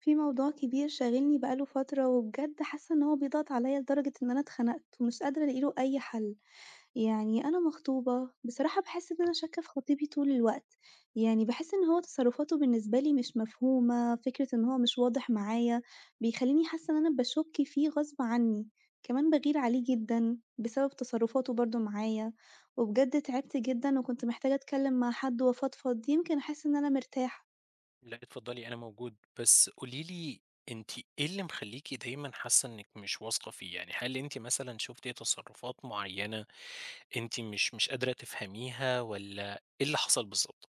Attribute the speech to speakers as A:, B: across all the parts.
A: في موضوع كبير شاغلني بقى له فترة، وبجد حاسة إن هو بيضغط عليَّ لدرجة إن أنا اتخنقت ومش قادرة ألاقي له أي حل، يعني أنا مخطوبة، بصراحة باحس إن أنا شاكة في خطيبي طول الوقت، يعني باحس إن هو تصرفاته بالنسبة لي مش مفهومة، فكرة إن هو مش واضح معايا، بيخلّيني حاسة إن أنا باشُك فيه غصب عني، كمان باغير عليه جدًا بسبب تصرفاته برضه معايا، وبجد تعبت جدًا وكنت محتاجة أتكلم مع حد وأفضفض، يمكن أحس إن أنا مرتاحة.
B: لأ، اتفضلي أنا موجود، بس قولي لي أنتِ إيه اللي مخلّيكِ دايمًا حاسة إنِّك مش واثقة فيه؟ يعني هل أنتِ مثلًا شُفتِ تصرُّفات معيّنة أنتِ مش قادرة تفهميها والّا إيه اللي حصل بالضبط؟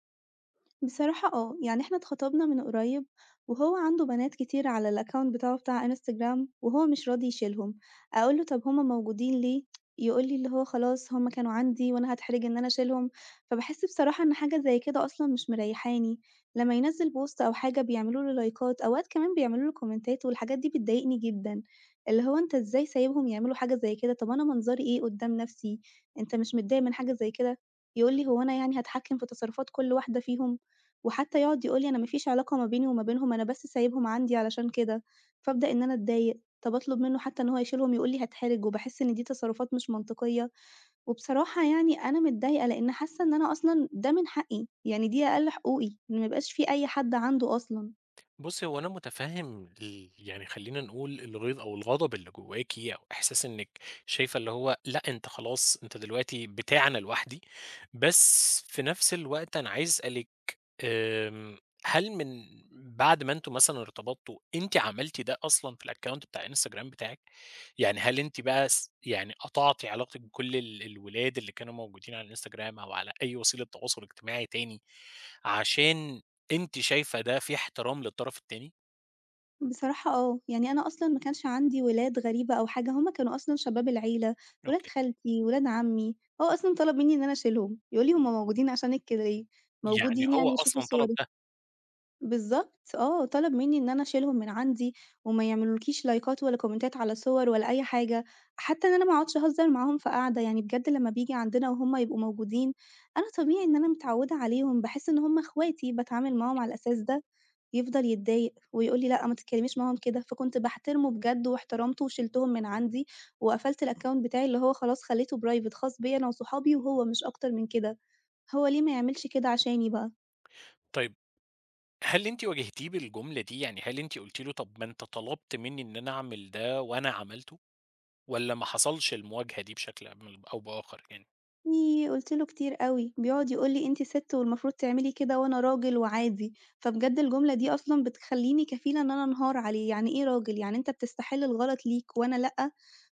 A: بصراحة آه، يعني إحنا اتخطبنا من قريب وهو عنده بنات كتير على الأكاونت بتاعه بتاع انستجرام وهو مش راضي يشيلهم، أقول له طب هما موجودين ليه؟ يقول لي اللي هو خلاص هما كانوا عندي وأنا هاتحرج إن أنا أشيلهم، فباحس بصراحة إن حاجة زي كده أصلًا مش مريحاني، لما ينزل بوست أو حاجة بيعملوا له لايكات، أوقات كمان بيعملوا له كومنتات والحاجات دي بتضايقني جدًا، اللي هو أنت إزاي سايبهم يعملوا حاجة زي كده؟ طب أنا منظري إيه قدام نفسي؟ أنت مش متضايق من حاجة زي كده؟ يقول لي هو أنا يعني هاتحكم في تصرفات كل واحدة فيهم؟ وحتى يقعد يقول لي: "أنا ما فيش علاقة ما بيني وما بينهم، أنا بس سايبهم عندي علشان كده." فابدأ إن أنا أتضايق، طَب أطلب منّه حتى إن هو يشيلهم، يقول لي: "هاتحرج." وباحس إن دي تصرفات مش منطقية، وبصراحة يعني أنا متضايقة لإن حاسة إن أنا أصلًا ده من حقي، يعني دي أقل حقوقي، إن ما يبقاش في أي حد عنده أصلًا.
B: بُصّي، هو أنا مُتفهِّم يعني خلّينا نقول الغيظ أو الغضب اللي جوّاكِ أو إحساس إنِّك شايفة اللي هو لأ، أنت خلاص أنت دلوقتي بتاعي أنا لوحدي، بس في نفس الوقت أنا عايز أسألِك آمم، هل من بعد ما أنتم مثلًا ارتبطتوا، أنتِ عملتِ ده أصلًا في الaccount بتاع الإنستجرام بتاعِك؟ يعني هل أنتِ بقى س يعني قطعتِ علاقتِك بكل الولاد اللي كانوا موجودين على الإنستجرام أو على أي وسيلة تواصل اجتماعي تاني، عشان أنتِ شايفة ده فيه احترام للطرف التاني؟
A: بصراحة آه، يعني أنا أصلًا ما كانش عندي ولاد غريبة أو حاجة، هم كانوا أصلًا شباب العيلة، ولاد
B: أوكي،
A: خالتي، ولاد عمي، هو أصلًا طلب منّي إن أنا أشيلهم، يقول لي: "هم موجودين عشانِك كده ليه؟
B: يعني
A: موجودين
B: هو
A: يعني يشوفوا
B: أصلًا طلب
A: صورِك."
B: ده.
A: بالضبط آه، طلب منّي إن أنا أشيلهم من عندي، وما يعملولكيش لايكات ولا كومنتات على صور ولا أي حاجة، حتى إن أنا ما اقعدش أهزر معاهم في قعدة، يعني بجد لمّا بييجي عندنا وهُم يبقوا موجودين، أنا طبيعي إن أنا متعودة عليهم، باحس إن هُم اخواتي، باتعامل معاهم على الأساس ده، يفضل يتضايق ويقول لي: "لأ، ما تتكلميش معاهم كده." فكنت باحترمه بجد واحترمته وشِلتهم من عندي، وقفلت الaccount بتاعي اللي هو خلاص خليته private خاص بيّا أنا وصحابي وهو مش أكتر من كده، هو ليه ما يعملش كده عشاني بقى؟
B: طيب هل أنتِ واجهتيه بالجملة دي؟ يعني هل أنتِ قلتِ له طب ما أنت طلبت مني إن أنا أعمل ده وأنا عملته، والّا ما حصلش المواجهة دي بشكل ما أو بآخر يعني؟
A: في قُلت له كتير أوي، بيقعد يقول لي: "أنتِ سِت والمفروض تعملي كده وأنا راجل وعادي." فبجد الجملة دي أصلًا بتخلّيني كفيلة إن أنا أنهار عليه، يعني إيه راجل؟ يعني أنت بتستحِل الغلط ليك وأنا لأ؟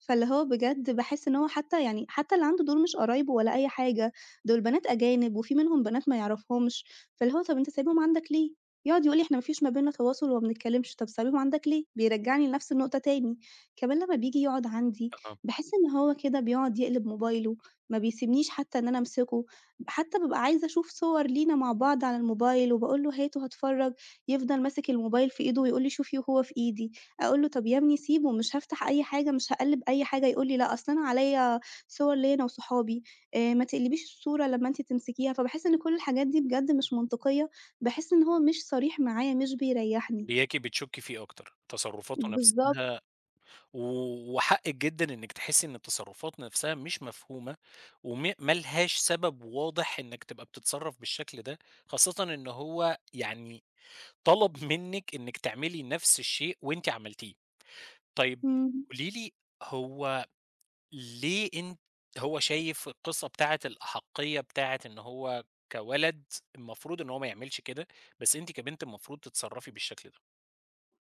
A: فاللي هو بجد باحس إن هو حتى يعني حتى اللي عنده دول مش قرايبه ولا أي حاجة، دول بنات أجانب وفي منهم بنات ما يعرفهمش، فاللي هو طَب أنت سايبهم عندك ليه؟ يقعد يقول لي: "إحنا ما فيش ما بيننا تواصل وما بنتكلمش." طَب سايبهم عندك ليه؟ بيرجّعني لنفس النقطة تاني. كمان لمّا بييجي يقعد عندي،
B: آه،
A: باحس إن هو كده بيقعد يقلب موبايله ما بيسيبنيش حتى إن أنا أمسكه، حتى بابقى عايزة أشوف صور لينا مع بعض على الموبايل وباقول له: "هاته هاتفرّج." يفضل ماسك الموبايل في إيده ويقول لي: "شوفي." وهو في إيدي، أقول له: "طب يا ابني سيبه، مش هافتح أي حاجة، مش هاقلِّب أي حاجة." يقول لي: "لأ، أصل أنا عليّا صور ليّا أنا وصحابي، ما تقلبيش الصورة لمّا أنتِ تمسكيها." فباحس إن كل الحاجات دي بجد مش منطقية، باحس إن هو مش صريح معايا، مش بيريّحني.
B: لياكِ بتشُكّي فيه أكتر، تصرُّفاته
A: بالضبط،
B: نفسها و وحقِّك جدًا إنِّك تحسّي إن التصرُّفات نفسها مش مفهومة، ما لهاش سبب واضح إنّك تبقى بتتصرّف بالشكل ده، خاصةً إن هو يعني طلب منِّك إنِّك تعملي نفس الشيء وأنتِ عملتيه. طيب
A: إمم.
B: قولي لي هو ليه أنت هو شايف القصّة بتاعة الأحَقّية بتاعة إن هو كولد المفروض إن هو ما يعملش كده، بس أنتِ كبنت المفروض تتصرّفي بالشكل ده؟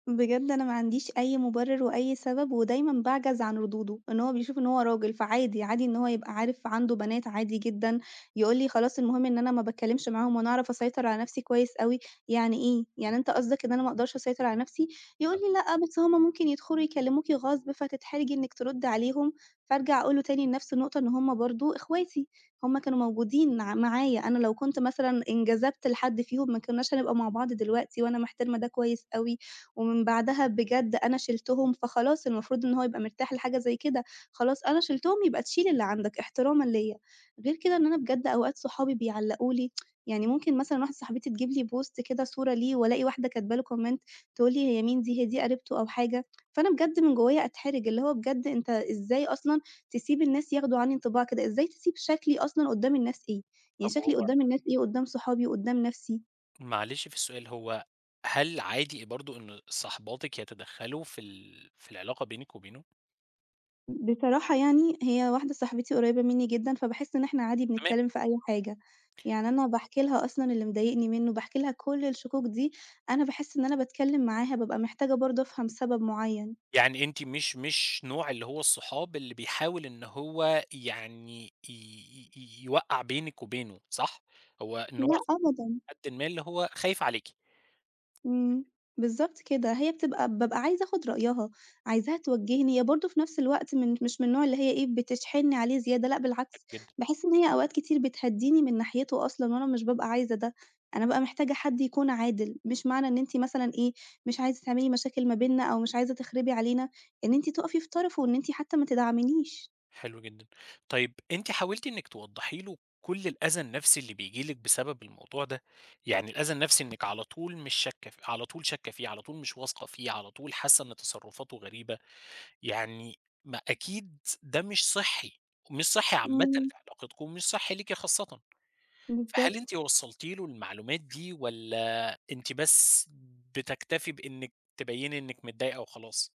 A: بجد أنا ما عنديش أي مُبرر وأي سبب، ودايمًا باعجز عن ردوده، إن هو بيشوف إن هو راجل، فعادي، عادي إن هو يبقى عارف عنده بنات عادي جدًا، يقول لي خلاص المهم إن أنا ما باتكلمش معاهم وأنا أعرف أسيطر على نفسي كويس أوي، يعني إيه؟ يعني أنت قصدك إن أنا ما أقدرش أسيطر على نفسي؟ يقول لي لأ، بس هُم ممكن يدخلوا يكلموكِ غصب فتتحرجي إنِك تردي عليهم، فارجع أقول له تاني لنفس النقطة إن هُم برضه إخواتي، هُم كانوا موجودين معايا، أنا لو كنت مثلًا انجذبت لحد فيهم ما كناش هنبقى مع بعض دلوقتي، وأنا محترمة ده كويس أوي، ومن بعدها بجد أنا شِلتهم، فخلاص المفروض إن هو يبقى مرتاح لحاجة زي كده، خلاص أنا شِلتهم يبقى تشيل اللي عندك احترامًا ليّا. غير كده إن أنا بجد أوقات صحابي بيعلّقوا لي، يعني ممكن مثلًا واحدة صاحبتي تجيب لي post كده صورة ليه والاقي واحدة كاتبة له comment تقول لي: "هي مين دي؟ هي دي قريبته أو حاجة؟" فأنا بجد من جوّايا أتحرج، اللي هو بجد أنت إزاي أصلًا تسيب الناس ياخدوا عني انطباع كده، إزاي تسيب شكلي أصلًا قدّام الناس إيه؟
B: طب
A: يعني شكلي
B: هو
A: قدّام الناس إيه، قدّام صحابي وقدّام نَفْسي؟
B: معلش في السؤال هو هل عادي برضه إن صاحباتِك يتدخّلوا في العلاقة بينِك وبينه؟
A: بصراحة يعني هي واحدة صاحبتي قريّبة منّي جدًا، فباحس إن إحنا عادي
B: تمام،
A: بنتكلّم في أي حاجة، يعني أنا باحكي لها أصلًا اللي مضايقني منّه، باحكي لها كل الشكوك دي، أنا باحس إن أنا باتكلّم معاها بابقى محتاجة برضه أفهم سبب معيّن.
B: يعني أنتِ مش نوع اللي هو الصحاب اللي بيحاول إن هو يعني ي ي ي يوقّع بينِك وبينه، صح؟ هو نوع
A: لأ أبدًا.
B: حدٍ ما اللي هو خايف عليكِ.
A: إمم، بالضبط كده، هي بتبقى بابقى عايزة آخُد رأيها، عايزاها توجّهني، هي برضه في نفْس الوقت مش من النوع اللي هي إيه، بتشحنّي عليه زيادة، لأ
B: حلو
A: بالعكس،
B: جدًا.
A: باحس إن هي أوقات كتير بتهدّيني من ناحيته أصلًا وأنا مش بابقى عايزة ده، أنا بابقى محتاجة حد يكون عادل، مش معنى إن أنتِ مثلًا إيه، مش عايزة تعملي مشاكل ما بيننا أو مش عايزة تخربي علينا، إن أنتِ تُقفي في طرفه وإن أنتِ حتى ما تدعمنيش.
B: حلو جدًا. طيب أنتِ حاولتِ إنِّك توضّحي له كل الأذى النفسي اللي بييجي لِك بسبب الموضوع ده؟ يعني الأذى النفسي إنِّك على طول شاكة فيه، على طول مش واثقة فيه، على طول حاسة إن تصرفاته غريبة، يعني ما أكيد ده مش صحّي، مش صحّي عامةً
A: إمم،
B: في علاقتكم ومش صحّي ليكِ خاصةً. فهل أنتِ
A: بالضبط.
B: وصّلتِ له المعلومات دي والّا أنتِ بس بتكتفي بإنِّك تبيّني إنِّك متضايقة وخلاص؟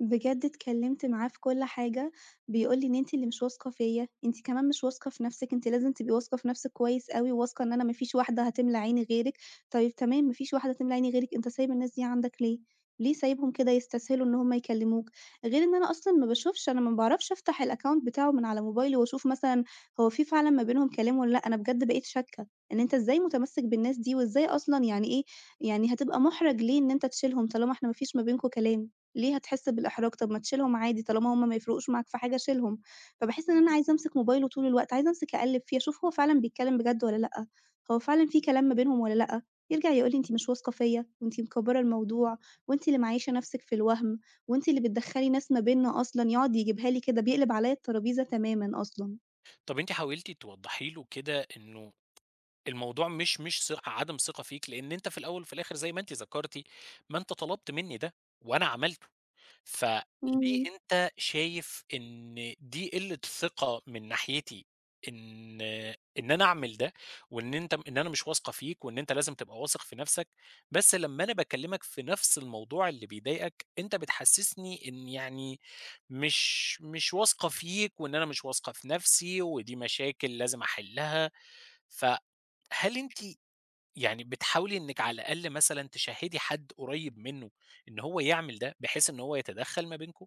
A: بجد اتكلّمت معاه في كل حاجة، بيقول لي: "إن أنتِ اللي مش واثقة فيّا، أنتِ كمان مش واثقة في نَفْسِك، أنتِ لازم تبقي واثقة في نَفْسِك كويس أوي، وواثقة إن أنا ما فيش واحدة هتملى عيني غيرِك، طيب تمام ما فيش واحدة هتملى عيني غيرِك، أنت سايب الناس دي عندك ليه؟ ليه سايبهم كده يستسهلوا إن هُم يكلّموك؟" غير إن أنا أصلًا ما باشوفش، أنا ما باعرفش أفتح الaccount بتاعه من على موبايلي وأشوف مثلًا هو في فعلًا ما بينهم كلام والّا لأ، أنا بجد بقيت شاكة إن أنت إزاي متمسِّك بالناس دي، وإزاي أصلًا يعني إيه، يعني هتبقى مُحرَج ليه إن أنت تشيلهم طالما إحنا ما فيش ما بينكم كلام؟ ليه هتحس بالإحراج؟ طب ما تشيلهم عادي طالما هُم ما يفرقوش معاك في حاجة شيلهم. فباحس إن أنا عايزة أمسك موبايله طول الوقت، عايزة أمسك أقلِّب فيه، أشوف هو فعلًا بيتكلم بجد والّا لأ، هو فعلًا في كلام ما بينهم والّا لأ، يرجع يقول لي أنتِ مش واثقة فيّا وأنتِ مكبّرة الموضوع وأنتِ اللي معيّشة نَفْسِك في الوَهْم وأنتِ اللي بتدخّلي ناس ما بيننا أصلًا، يقعد يجيبها لي كده، بيقلب عليّا الترابيزة تمامًا أصلًا.
B: طَب أنتِ حاولتِ توضّحي له كده إنه الموضوع مش عدم ثقة فيك، لإن أنت في الأول وفي الآخر زي ما أنتِ ذكرتِ، ما أنت طلبت منّي ده وأنا عملته، فليه
A: إمم.
B: أنت شايف إن دي قِلّة ثقة من ناحيتي إن إن أنا أعمل ده وإن أنت إن أنا مش واثقة فيك وإن أنت لازم تبقى واثق في نَفْسك، بس لمّا أنا باكلّمك في نَفْس الموضوع اللي بيضايقك، أنت بتحسّسني إن يعني مش واثقة فيك وإن أنا مش واثقة في نَفْسي ودي مشاكل لازم أحلّها، فهل أنتِ يعني بتحاولي إنِّك على الأقل مثلًا تشَهِّدي حد قريب منه إن هو يعمل ده، بحيث إن هو يتدخّل ما بينكم؟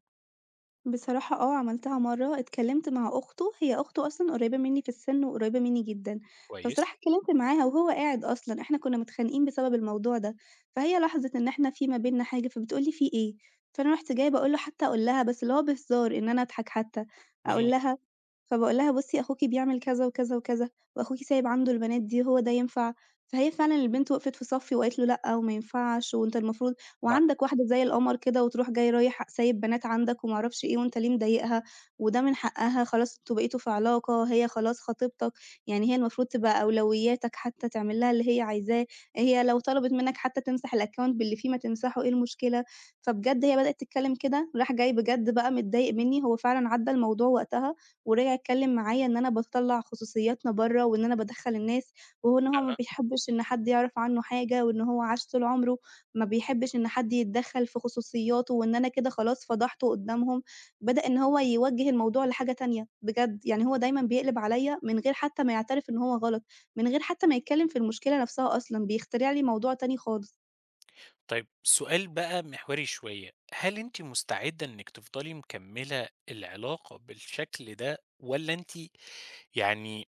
A: بصراحة آه، عملتها مرّة، اتكلّمت مع أخته، هي أخته أصلًا قريّبة منّي في السِن وقريّبة منّي جدًا،
B: كويس،
A: فبصراحة اتكلّمت معاها وهو قاعد أصلًا، إحنا كُنّا متخانقين بسبب الموضوع ده، فهي لاحظت إن إحنا في ما بيننا حاجة، فبتقول لي: "في إيه؟" فأنا رُحت جاية باقول له حتى أقول لها بس اللي هو بهزار إن أنا أضحك حتى،
B: اهم،
A: أقول لها فباقول لها: "بُصّي أخوكِ بيعمل كذا وكذا وكذا، وأخوكِ سايب عنده البنات دي، هو ده ينفع؟" فهي فعلًا البنت وقفت في صفّي وقالت له: "لأ وما ينفعش وأنت المفروض"
B: بعد
A: وعندك واحدة زي القمر كده وتروح جاي رايح سايب بنات عندك وما أعرفش إيه وأنت ليه مضايقها، وده من حقها خلاص أنتم بقيتوا في علاقة، هي خلاص خطيبتك، يعني هي المفروض تبقى أولوياتك حتى تعمل لها اللي هي عايزاه، هي لو طلبت منك حتى تمسح الaccount باللي فيه ما تمسحه، إيه المشكلة؟ فبجد هي بدأت تتكلم كده، راح جاي بجد بقى متضايق مني، هو فعلًا عدّى الموضوع وقتها ورجع يتكلم معايا إن أنا باطلّع خصوصياتنا برّه وإن أنا بادخّل الناس، وإن هو ما بيحبش إن حد يعرف عنه حاجة وإن هو عاش طول عمره ما بيحبّش إن حد يتدخّل في خصوصيّاته، وإن أنا كده خلاص فضحته قدّامهم، بدأ إن هو يوجّه الموضوع لحاجة تانية بجد، يعني هو دايمًا بيقلب عليّا من غير حتى ما يعترف إن هو غلط، من غير حتى ما يتكلّم في المشكلة نفْسها أصلًا، بيخترع لي موضوع تاني خالص.
B: طيب سؤال بقى محوري شوية، هل أنتِ مستعدة إنِّك تفضلي مكمّلة العلاقة بالشكل ده والّا أنتِ يعني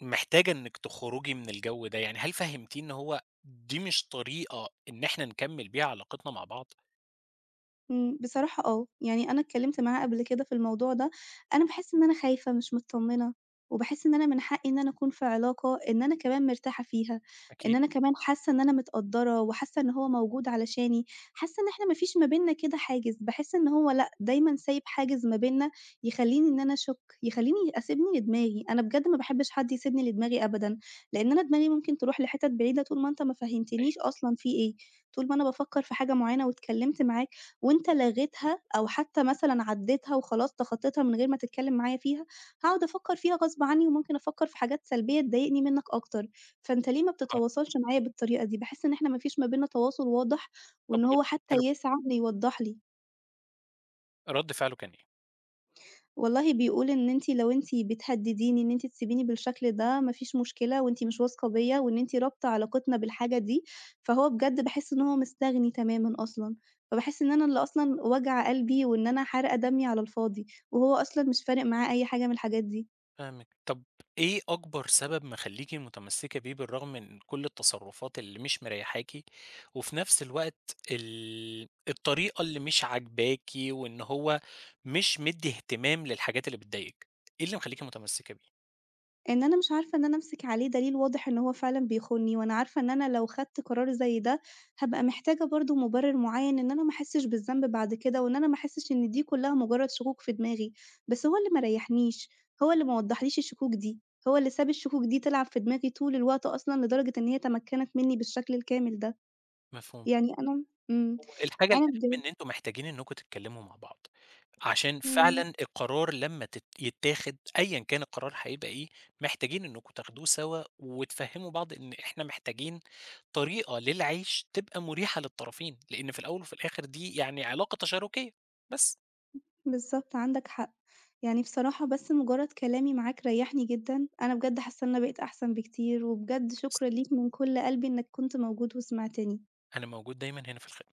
B: محتاجة إنِّك تخرجي من الجو ده؟ يعني هل فهّمتيه إن هو دي مش طريقة إن إحنا نكمّل بيها علاقتنا مع بعض؟
A: إمم، بصراحة آه، يعني أنا اتكلّمت معاه قبل كده في الموضوع ده، أنا باحس إن أنا خايفة مش متطمّنة، وباحس إن أنا من حقّي إن أنا أكون في علاقة إن أنا كمان مرتاحة فيها، إن
B: أكيد،
A: أنا كمان حاسة إن أنا متقدّرة وحاسة إن هو موجود علشاني، حاسة إن إحنا ما فيش ما بيننا كده حاجز، باحس إن هو لأ، دايمًا سايب حاجز ما بيننا يخلّيني إن أنا أشُك، يخلّيني أسيبني لدماغي، أنا بجد ما باحبش حد يسيبني لدماغي أبدًا، لإن أنا دماغي ممكن تروح لحِتت بعيدة طول ما أنت ما
B: أيوه،
A: فهّمتنيش أصلًا في إيه، طول ما أنا بافكّر في حاجة معيّنة واتكلّمت معاك وأنت لغيتها أو حتى مثلًا عدّيتها وخلاص تخطّيتها من غير ما تتكلّم معايا فيها، هاقعد أفكّر فيها غصب عنّي وممكن أفكّر في حاجات سلبية تضايقني منّك أكتر، فأنت ليه ما
B: آه،
A: بتتواصلش معايا بالطريقة دي؟ باحس إن إحنا ما فيش ما بيننا تواصل واضح
B: طب
A: وإن
B: و
A: هو حتى
B: حلو،
A: يسعى إنه يوضّح لي.
B: رَد فعله كان إيه؟
A: والله بيقول إن أنتِ لو أنتِ بتهدّديني إن أنتِ تسيبيني بالشكل ده ما فيش مشكلة وأنتِ مش واثقة بيّا وإن أنتِ رابطة علاقتنا بالحاجة دي، فهو بجد باحس إن هو مستغني تمامًا أصلًا، فباحس إن أنا اللي أصلًا واجعة قلبي وإن أنا حارقة دمي على الفاضي، وهو أصلًا مش فارق معاه أي حاجة من الحاجات دي.
B: فاهمِك. طب إيه أكبر سبب مخلّيكِ متمسّكة بيه بالرغم من كل التصرّفات اللي مش مريّحاكِ، وفي نفس الوقت الطريقة اللي مش عاجباكِ وإن هو مش مدّي اهتمام للحاجات اللي بتضايقِك؟ إيه اللي مخلّيكِ متمسّكة بيه؟
A: إن أنا مش عارفة إن أنا أمسك عليه دليل واضح إن هو فعلًا بيخونّي، وأنا عارفة إن أنا لو خدت قرار زي ده، هابقى محتاجة برضه مُبرر معيّن إن أنا ما أحسّش بالذنب بعد كده، وإن أنا ما أحسّش إن دي كلّها مجرّد شكوك في دماغي، بس هو اللي ما ريّحنيش، هو اللي ما وضّحليش الشكوك دي، هو اللي ساب الشكوك دي تلعب في دماغي طول الوقت أصلًا لدرجة إن هي تمكّنت منّي بالشكل الكامل ده،
B: مفهوم.
A: يعني أنا إمم،
B: هو الحاجة
A: أنا
B: الأهم
A: بجد
B: إن أنتم محتاجين إنكم تتكلموا مع بعض، عشان
A: إمم.
B: فعلًا القرار لمّا يتاخد أيًا كان القرار هيبقى إيه، محتاجين إنكم تاخدوه سوا وتفهموا بعض إن إحنا محتاجين طريقة للعيش تبقى مريحة للطرفين، لإن في الأول وفي الآخر دي يعني علاقة تشاركية، بس
A: بالضبط، عندك حق. يعني بصراحة بس مجرد كلامي معاك ريّحني جدًا، أنا بجد حاسة إن أنا بقيت أحسن بكتير، وبجد شكرًا ليك من كل قلبي إنك كنت موجود وسمعتني.
B: أنا موجود دايمًا هنا في الخدمة.